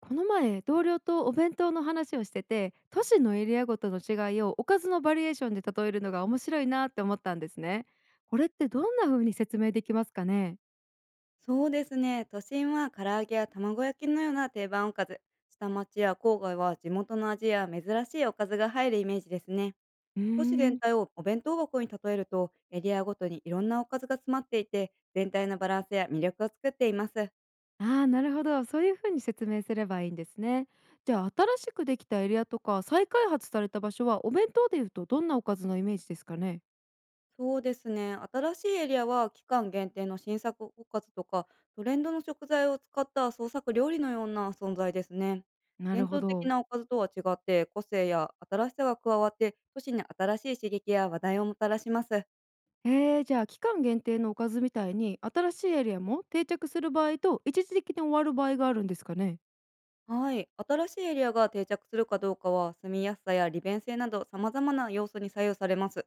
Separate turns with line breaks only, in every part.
この前同僚とお弁当の話をしてて、都市のエリアごとの違いをおかずのバリエーションで例えるのが面白いなって思ったんですね。これってどんな風に説明できますかね？
そうですね。都心は唐揚げや卵焼きのような定番おかず。下町や郊外は地元の味や珍しいおかずが入るイメージですね。
うー
都市全
ん。
体をお弁当箱に例えると、エリアごとにいろんなおかずが詰まっていて、全体のバランスや魅力を作っています。
ああー、なるほど、そういう風に説明すればいいんですね。じゃあ新しくできたエリアとか再開発された場所は、お弁当でいうとどんなおかずのイメージですかね？
そうですね。新しいエリアは期間限定の新作おかずとか、トレンドの食材を使った創作料理のような存在ですね。
な
伝
るほ
統的
ど。
なおかずとは違って、個性や新しさが加わって、都市に新しい刺激や話題をもたらします。
じゃあ期間限定のおかずみたいに、新しいエリアも定着する場合と一時的に終わる場合があるんですかね？
はい。新しいエリアが定着するかどうかは、住みやすさや利便性など様々な要素に左右されます。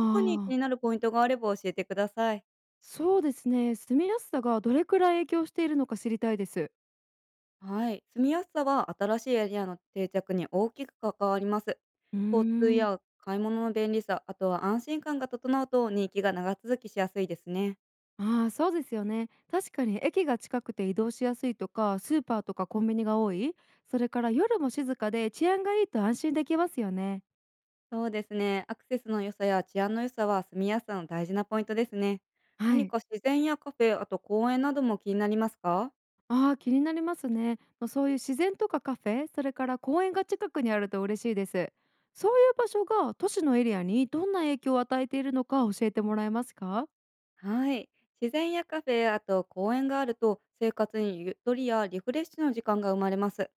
特に気
あ
にな
ー、
るポイントがあれば教えてください。
そうですね。住みやすさがどれくらい影響しているのか知りたいです。
はい、住みやすさは新しいエリアの定着に大きく関わります。
うー
交通
ん。
や買い物の便利さ、あとは安心感が整うと、人気が長続きしやすいですね。
ああ、そうですよね。確かに駅が近くて移動しやすいとか、スーパーとかコンビニが多い。それから夜も静かで治安がいいと安心できますよね。
そうですね。アクセスの良さや治安の良さは、住みやすさの大事なポイントですね。
は
何
い。
か自然やカフェ、あと公園なども気になりますか？
ああ、気になりますね。まあそういう自然とかカフェ、それから公園が近くにあると嬉しいです。そういう場所が都市のエリアにどんな影響を与えているのか教えてもらえますか？
はい。自然やカフェ、あと公園があると、生活にゆとりやリフレッシュの時間が生まれます。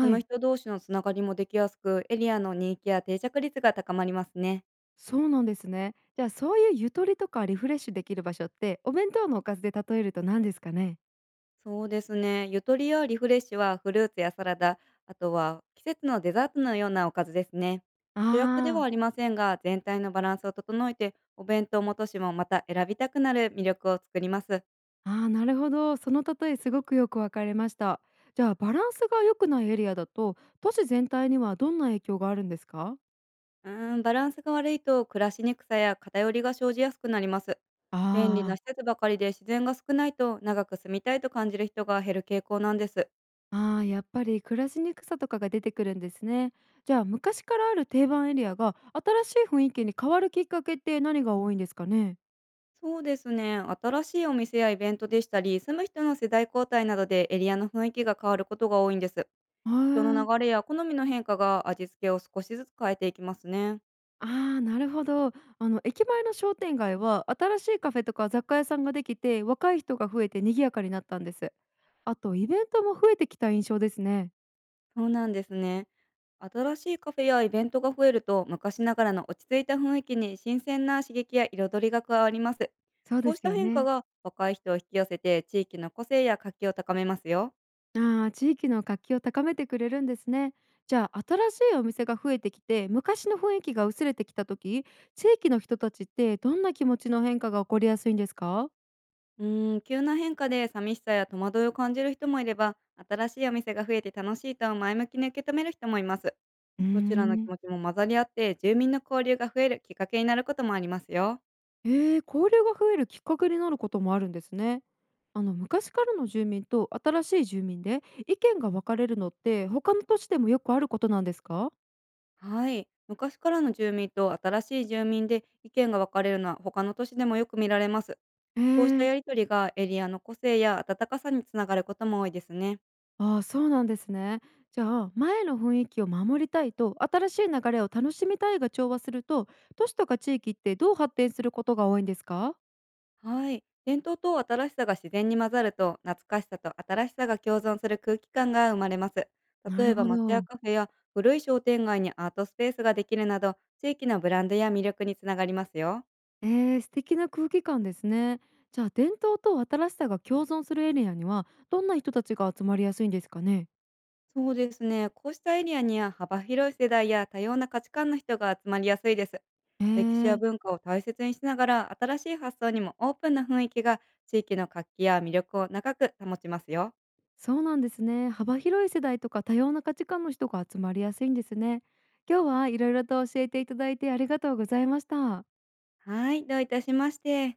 その
い。
人同士のつながりもできやすく、エリアの人気や定着率が高まりますね。
そうなんですね。じゃあそういうゆとりとかリフレッシュできる場所って、お弁当のおかずで例えると何ですかね？
そうですね。ゆとりやリフレッシュはフルーツやサラダ、あとは季節のデザートのようなおかずですね。主役で
あ
はありませんが、全体のバランスを整えて、お弁当も都市もまた選びたくなる魅力を作ります。
あ、ああ、なるほど。その例えすごくよく分かりました。じゃあバランスが良くないエリアだと、都市全体にはどんな影響があるんですか？
バランスが悪いと、暮らしにくさや偏りが生じやすくなります。便利
あ
な施設ばかりで自然が少ないと、長く住みたいと感じる人が減る傾向なんです。
あ、ああ、やっぱり暮らしにくさとかが出てくるんですね。じゃあ昔からある定番エリアが新しい雰囲気に変わるきっかけって、何が多いんですかね？
そうですね。新しいお店やイベントでしたり、住む人の世代交代などでエリアの雰囲気が変わることが多いんです。
へ
人の
ー。
流れや好みの変化が、味付けを少しずつ変えていきますね。
ああ、なるほど。あの駅前の商店街は新しいカフェとか雑貨屋さんができて、若い人が増えて賑やかになったんです。あとイベントも増えてきた印象ですね。
そうなんですね。新しいカフェやイベントが増えると、昔ながらの落ち着いた雰囲気に新鮮な刺激や彩りが加わります。
そう
こ
で
うし
す
た
よ
変化
ね。
が若い人を引き寄せて、地域の個性や活気を高めますよ。
ああ、地域の活気を高めてくれるんですね。じゃあ新しいお店が増えてきて、昔の雰囲気が薄れてきた時、地域の人たちってどんな気持ちの変化が起こりやすいんですか？
急な変化で寂しさや戸惑いを感じる人もいれば、新しいお店が増えて楽しいと前向きに受け止める人もいます。
うー
どちらの気
ん。
持ちも混ざり合って、住民の交流が増えるきっかけになることもありますよ。
えー、交流が増えるきっかけになることもあるんですね。あの昔からの住民と新しい住民で意見が分かれるのって、他の都市でもよくあることなんですか？
はい。昔からの住民と新しい住民で意見が分かれるのは、他の都市でもよく見られます。
え
こうした
ー、
やりとりが、エリアの個性や温かさにつながることも多いですね。
ああ、そうなんですね。じゃあ前の雰囲気を守りたいと新しい流れを楽しみたいが調和すると、都市とか地域ってどう発展することが多いんですか？
はい。伝統と新しさが自然に混ざると、懐かしさと新しさが共存する空気感が生まれます。
な
例え
る
ば
ほ
町屋
ど。
カフェや古い商店街にアートスペースができるなど、地域のブランドや魅力につながりますよ。
えー、素敵な空気感ですね。じゃあ伝統と新しさが共存するエリアには、どんな人たちが集まりやすいんですかね？
そうですね。こうしたエリアには幅広い世代や多様な価値観の人が集まりやすいです。
え
歴史や
ー、
文化を大切にしながら、新しい発想にもオープンな雰囲気が、地域の活気や魅力を長く保ちますよ。
そうなんですね。幅広い世代とか多様な価値観の人が集まりやすいんですね。今日はいろいろと教えていただいてありがとうございました。
はい、どういたしまして。